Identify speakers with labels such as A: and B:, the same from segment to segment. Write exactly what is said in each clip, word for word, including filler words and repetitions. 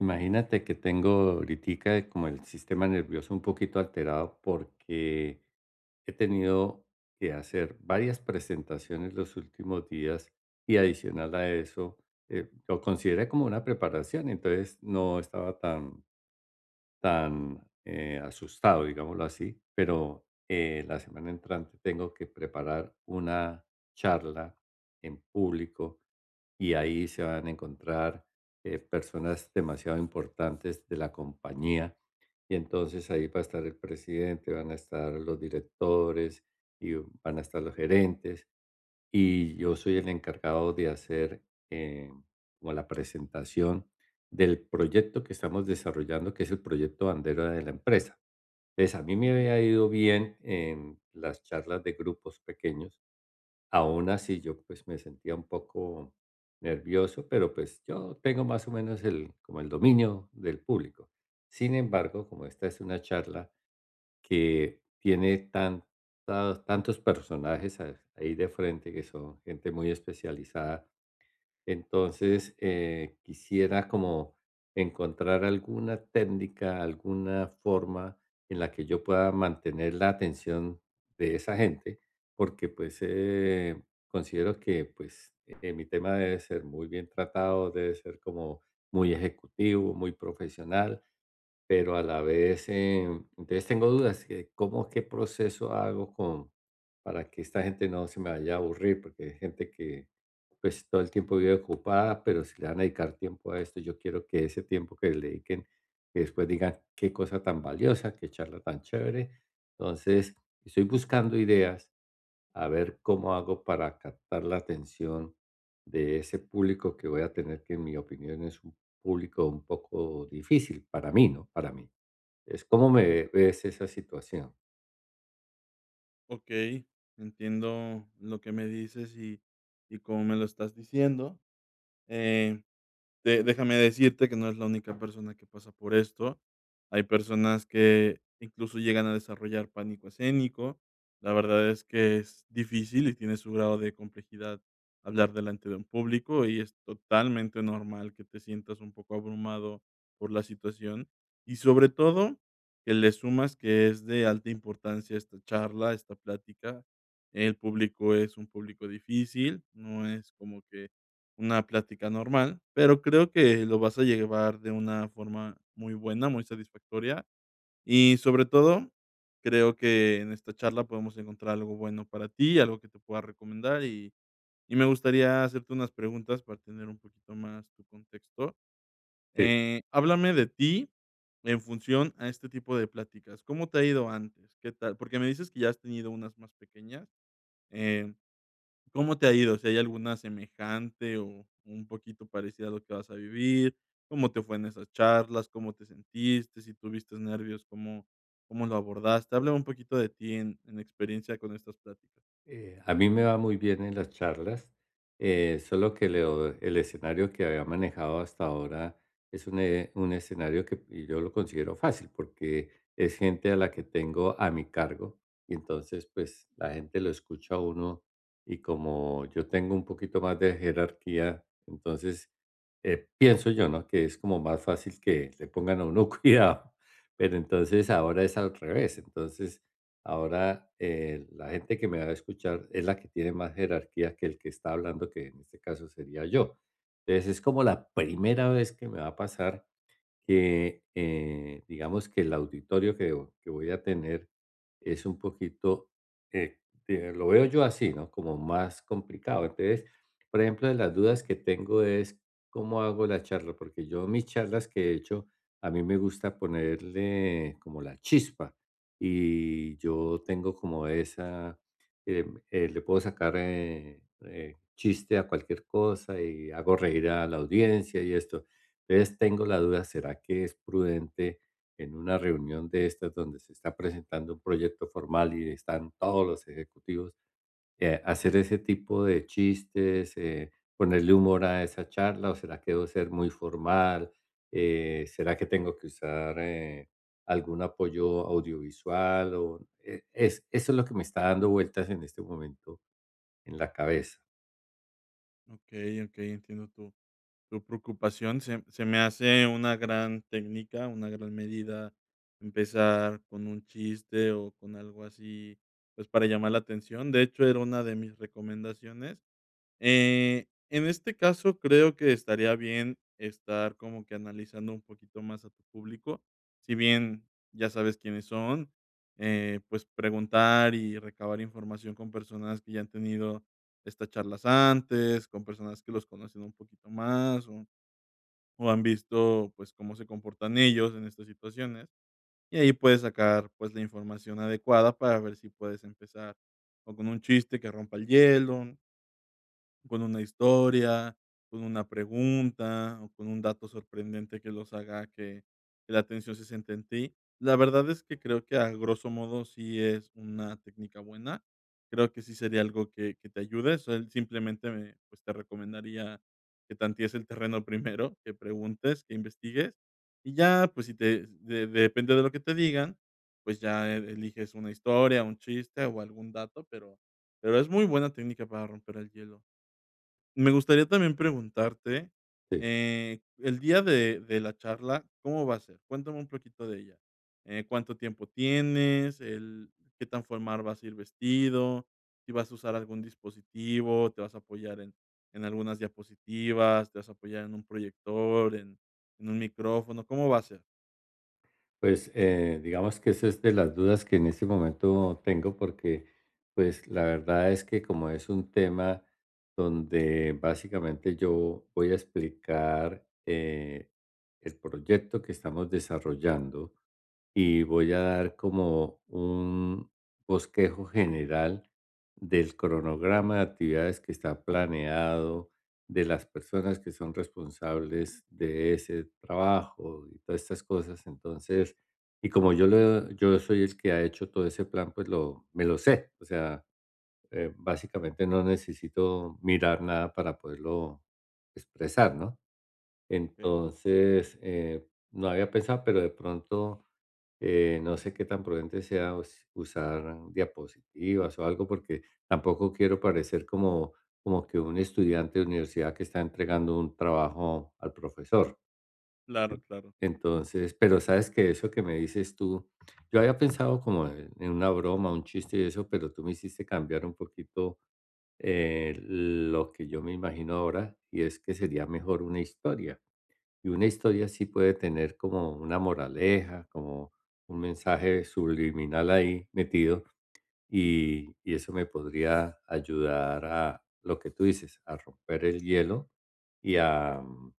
A: Imagínate que tengo ahoritica como el sistema nervioso un poquito alterado porque he tenido que hacer varias presentaciones los últimos días y adicional a eso, eh, lo consideré como una preparación, entonces no estaba tan, tan eh, asustado, digámoslo así, pero eh, la semana entrante tengo que preparar una charla en público y ahí se van a encontrar eh, personas demasiado importantes de la compañía y entonces ahí va a estar el presidente, van a estar los directores y van a estar los gerentes y yo soy el encargado de hacer eh, como la presentación del proyecto que estamos desarrollando, que es el proyecto bandera de la empresa. Entonces, a mí me había
B: Okey,
A: ido bien en las charlas de grupos pequeños. Aún así, yo pues me sentía un poco nervioso, pero pues yo tengo más o menos el, como el dominio del público. Sin embargo, como esta es una charla que tiene tantas- tantos personajes a- ahí de frente, que son gente muy especializada, entonces, eh, quisiera como encontrar alguna técnica, alguna forma en la que yo pueda mantener la atención de esa gente, porque pues eh, considero que pues eh, mi tema debe ser muy bien tratado, debe ser como muy ejecutivo, muy profesional, pero a la vez, eh, entonces tengo dudas, eh, ¿cómo, qué proceso hago con, para que esta gente no se me vaya a aburrir? Porque hay gente que pues todo el tiempo vive ocupada, pero si le van a dedicar tiempo a esto, yo quiero que ese tiempo que le dediquen, que después digan qué cosa tan valiosa, qué charla tan chévere. Entonces, estoy buscando ideas a ver cómo hago para captar la atención de ese público que voy a tener, que en mi opinión es un público un poco difícil para mí, ¿no? Para mí. Es como me ves esa situación.
B: entiendo lo que me dices y y como me lo estás diciendo, eh, De déjame decirte que no es la única persona que pasa por esto. Hay personas que incluso llegan a desarrollar pánico escénico. La verdad es que es difícil y tiene su grado de complejidad hablar delante de un público y es totalmente normal que te sientas un poco abrumado por la situación y sobre todo que le sumas que es de alta importancia esta charla, esta plática. El público es un público difícil, no es como que una plática normal, pero creo que lo vas a llevar de una forma muy buena, muy satisfactoria y, sobre todo, creo que en esta charla podemos encontrar algo bueno para ti, algo que te pueda recomendar y y me gustaría hacerte unas preguntas para tener un poquito más tu contexto.
A: Sí.
B: Eh, háblame de ti en función a este tipo de pláticas. ¿Cómo te ha ido antes? ¿Qué tal? Porque me dices que ya has tenido unas más pequeñas, eh ¿cómo te ha ido? Si hay alguna semejante o un poquito parecida a lo que vas a vivir, ¿cómo te fue en esas charlas? ¿Cómo te sentiste? Si tuviste nervios, ¿cómo, cómo lo abordaste? Háblame un poquito de ti en, en experiencia con estas pláticas.
A: Eh, a mí me va muy bien en las charlas, eh, solo que leo- el escenario que había manejado hasta ahora es un, e- un escenario que y yo lo considero fácil porque es gente a la que tengo a mi cargo y entonces pues la gente lo escucha a uno y como yo tengo un poquito más de jerarquía, entonces eh, pienso yo, ¿no? Que es como más fácil que le pongan a uno cuidado, pero entonces ahora es al revés, entonces. Ahora, eh, la gente que me va a escuchar es la que tiene más jerarquía que el que está hablando, que en este caso sería yo. Entonces, es como la primera vez que me va a pasar que, eh, digamos que el auditorio que, vo- que voy a tener es un poquito, eh, de- lo veo yo así, ¿no? Como más complicado. Entonces, por ejemplo, de las dudas que tengo es cómo hago la charla, porque yo mis charlas que he hecho, a mí me gusta ponerle como la chispa y yo tengo como esa, eh, eh, le puedo sacar eh, eh, chiste a cualquier cosa y hago reír a la audiencia y esto entonces, tengo la duda, ¿será que es prudente en una reunión de estas donde se está presentando un proyecto formal y están todos los ejecutivos, eh, hacer ese tipo de chistes, eh, ponerle humor a esa charla o será que debo ser muy formal? Eh, ¿será que tengo que usar, eh, algún apoyo audiovisual o, eh, es eso es lo que me está dando vueltas en este momento en la cabeza?
B: Ok, ok, entiendo tu, tu preocupación. Se, se me hace una gran técnica, una gran medida empezar con un chiste o con algo así, pues para llamar la atención. De hecho, era una de mis recomendaciones. Eh, en este caso, creo que estaría bien estar como que analizando un poquito más a tu público. Si bien ya sabes quiénes son, eh, pues preguntar y recabar información con personas que ya han tenido estas charlas antes, con personas que los conocen un poquito más o, o han visto pues cómo se comportan ellos en estas situaciones. Y ahí puedes sacar pues la información adecuada para ver si puedes empezar o con un chiste que rompa el hielo, con una historia, con una pregunta o con un dato sorprendente que los haga que que la atención se centre en ti. La verdad es que creo que a grosso modo sí es una técnica buena. Creo que sí sería algo que que te ayude. Sol Simplemente me, pues, te recomendaría que tantees el terreno primero, que preguntes, que investigues, y ya, pues, si te de depende de lo que te digan, pues, ya e eliges una historia, un chiste o algún dato, pero pero es muy buena técnica para romper el hielo. Me gustaría también preguntarte,
A: Sí.
B: eh, el día de de la charla, ¿cómo va a ser? Cuéntame un poquito de ella. Eh, ¿cuánto tiempo tienes? El, ¿qué tan formal vas a ir vestido? ¿Si vas a usar algún dispositivo? ¿Te vas a apoyar en en algunas diapositivas? ¿Te vas a apoyar en un proyector, en en un micrófono? ¿Cómo va a ser?
A: Pues, eh, digamos que esa es de las dudas que en este momento tengo porque, pues,
B: Okey,
A: la verdad es que como es un tema donde básicamente yo voy a explicar eh, el proyecto que estamos desarrollando, y voy a dar como un bosquejo general del cronograma de actividades que está planeado, de las personas que son responsables de ese trabajo y todas estas cosas. Entonces, y como yo, lo- yo soy el que ha hecho todo ese plan, pues lo, me lo sé. O sea, eh, básicamente no necesito mirar nada para poderlo expresar, ¿no?
B: okey.
A: Entonces, eh, no había pensado, pero de pronto eh, no sé qué tan prudente sea us- usar diapositivas o algo, porque tampoco quiero parecer como, como que un estudiante de universidad que está entregando un trabajo al profesor.
B: Claro,
A: En-
B: claro.
A: Entonces, pero sabes que eso que me dices tú, yo había pensado como en en una broma, un chiste y eso, pero tú me hiciste cambiar un poquito eh, lo que yo me imagino ahora, y es que sería mejor una historia y una historia sí puede tener como una moraleja, como un mensaje subliminal ahí metido, y, y eso me podría ayudar a lo que tú dices, a romper el hielo y a, mm,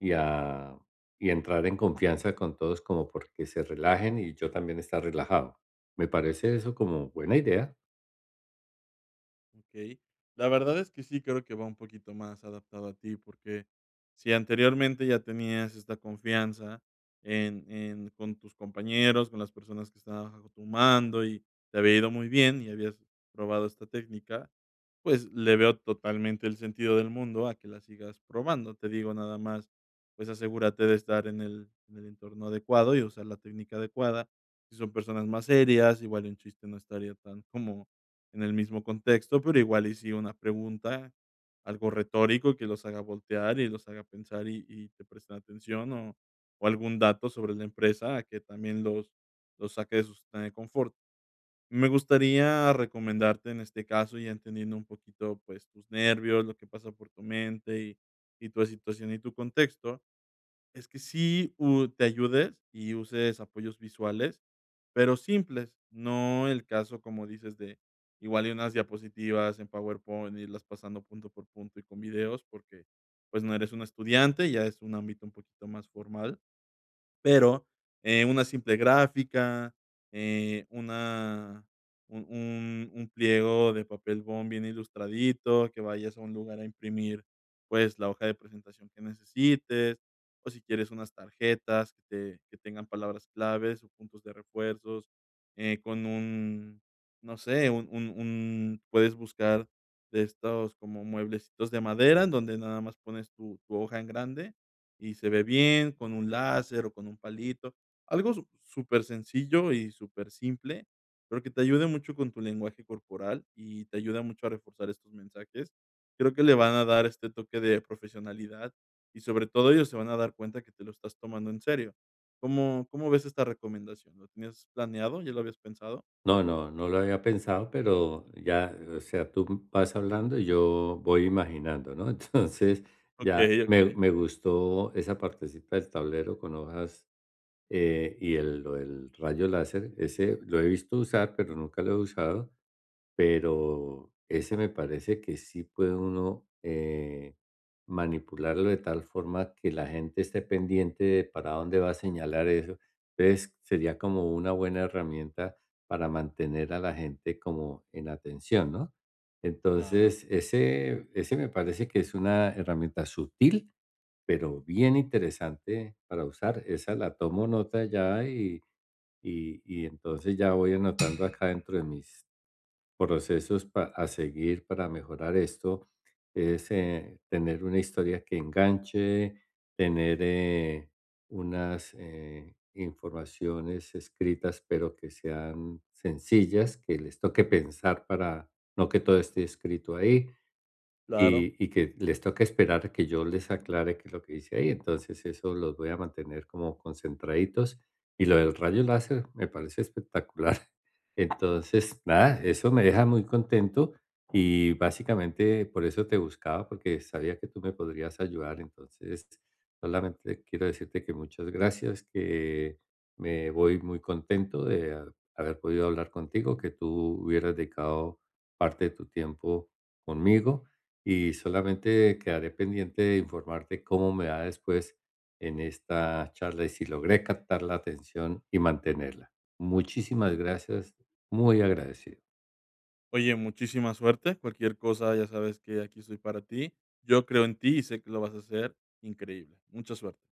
A: y a y entrar en confianza con todos como porque se relajen y yo también estar relajado. Me parece eso como buena idea.
B: Okey. La verdad es que sí creo que va un poquito más adaptado a ti, porque si anteriormente ya tenías esta confianza en en con tus compañeros, con las personas que estaban bajo tu mando y te había ido muy bien y habías probado esta técnica, pues le veo totalmente el sentido del mundo a que la sigas probando. Te digo nada más, pues asegúrate de estar en el en el entorno adecuado y usar la técnica adecuada. Si son personas más serias, igual un chiste no estaría tan como en el mismo contexto, pero igual y sí una pregunta, algo retórico que los haga voltear y los haga pensar y y te presten atención o o algún dato sobre la empresa a que también los los saque de su zona de confort. Me gustaría recomendarte en este caso, ya entendiendo un poquito, pues, tus nervios, lo que pasa por tu mente y y tu situación y tu contexto, es que sí, u te ayudes y uses apoyos visuales, pero simples, no el caso, como dices, de igual y unas diapositivas en PowerPoint, e irlas pasando punto por punto y con videos, porque, pues, no eres un estudiante, ya es un ámbito un poquito más formal. Pero, eh, una simple gráfica, eh, una un un un pliego de papel bond bien ilustradito, que vayas a un lugar a imprimir, pues, la hoja de presentación que necesites, o si quieres unas tarjetas que te que tengan palabras claves o puntos de refuerzos, eh, con un, no sé, un un un puedes buscar de estos como mueblecitos de madera, en donde nada más pones tu tu hoja en grande y se ve bien con un láser o con un palito, algo su súper sencillo y súper simple pero que te ayude mucho con tu lenguaje corporal y te ayuda mucho a reforzar estos mensajes. Creo que le van a dar este toque de profesionalidad y sobre todo ellos se van a dar cuenta que te lo estás tomando en serio. ¿Cómo ¿cómo ves esta recomendación? ¿Lo tenías planeado? ¿Ya lo habías pensado?
A: No, no, no lo había pensado, pero ya, o sea, tú vas hablando y yo voy imaginando, ¿no? Entonces, ya
B: Okey,
A: me,
B: okey.
A: me gustó esa partecita del tablero con hojas eh, y el, lo del rayo láser. Ese lo he visto usar, pero nunca lo he usado, pero ese me parece que sí puede uno eh, manipularlo de tal forma que la gente esté pendiente de para dónde va a señalar eso. Entonces sería como una buena herramienta para mantener a la gente como en atención, ¿no?
B: Claro,
A: Entonces, ese, ese me parece que es una herramienta sutil, pero bien interesante para usar. Esa la tomo nota ya y, y, y entonces ya voy anotando acá dentro de mis procesos pa- a seguir para mejorar esto es eh, tener una historia que enganche, tener eh, unas eh, informaciones escritas, pero que sean sencillas, que les toque pensar para no que todo esté escrito ahí
B: claro.
A: y y que les toca esperar que yo les aclare qué es lo que dice ahí. Entonces, eso los voy a mantener como concentraditos. Y lo del rayo láser me parece espectacular. Entonces, nada, eso me deja muy contento y básicamente por eso te buscaba, porque sabía que tú me podrías ayudar. Entonces, solamente quiero decirte que muchas gracias, que me voy muy contento de ha- haber podido hablar contigo, que tú hubieras dedicado parte de tu tiempo conmigo y solamente quedaré pendiente de informarte cómo me va después en esta charla y si logré captar la atención y mantenerla. Muchísimas gracias, muy agradecido.
B: Oye, muchísima suerte. Cualquier cosa, ya sabes que aquí estoy para ti. Yo creo en ti y sé que lo vas a hacer increíble. Mucha suerte.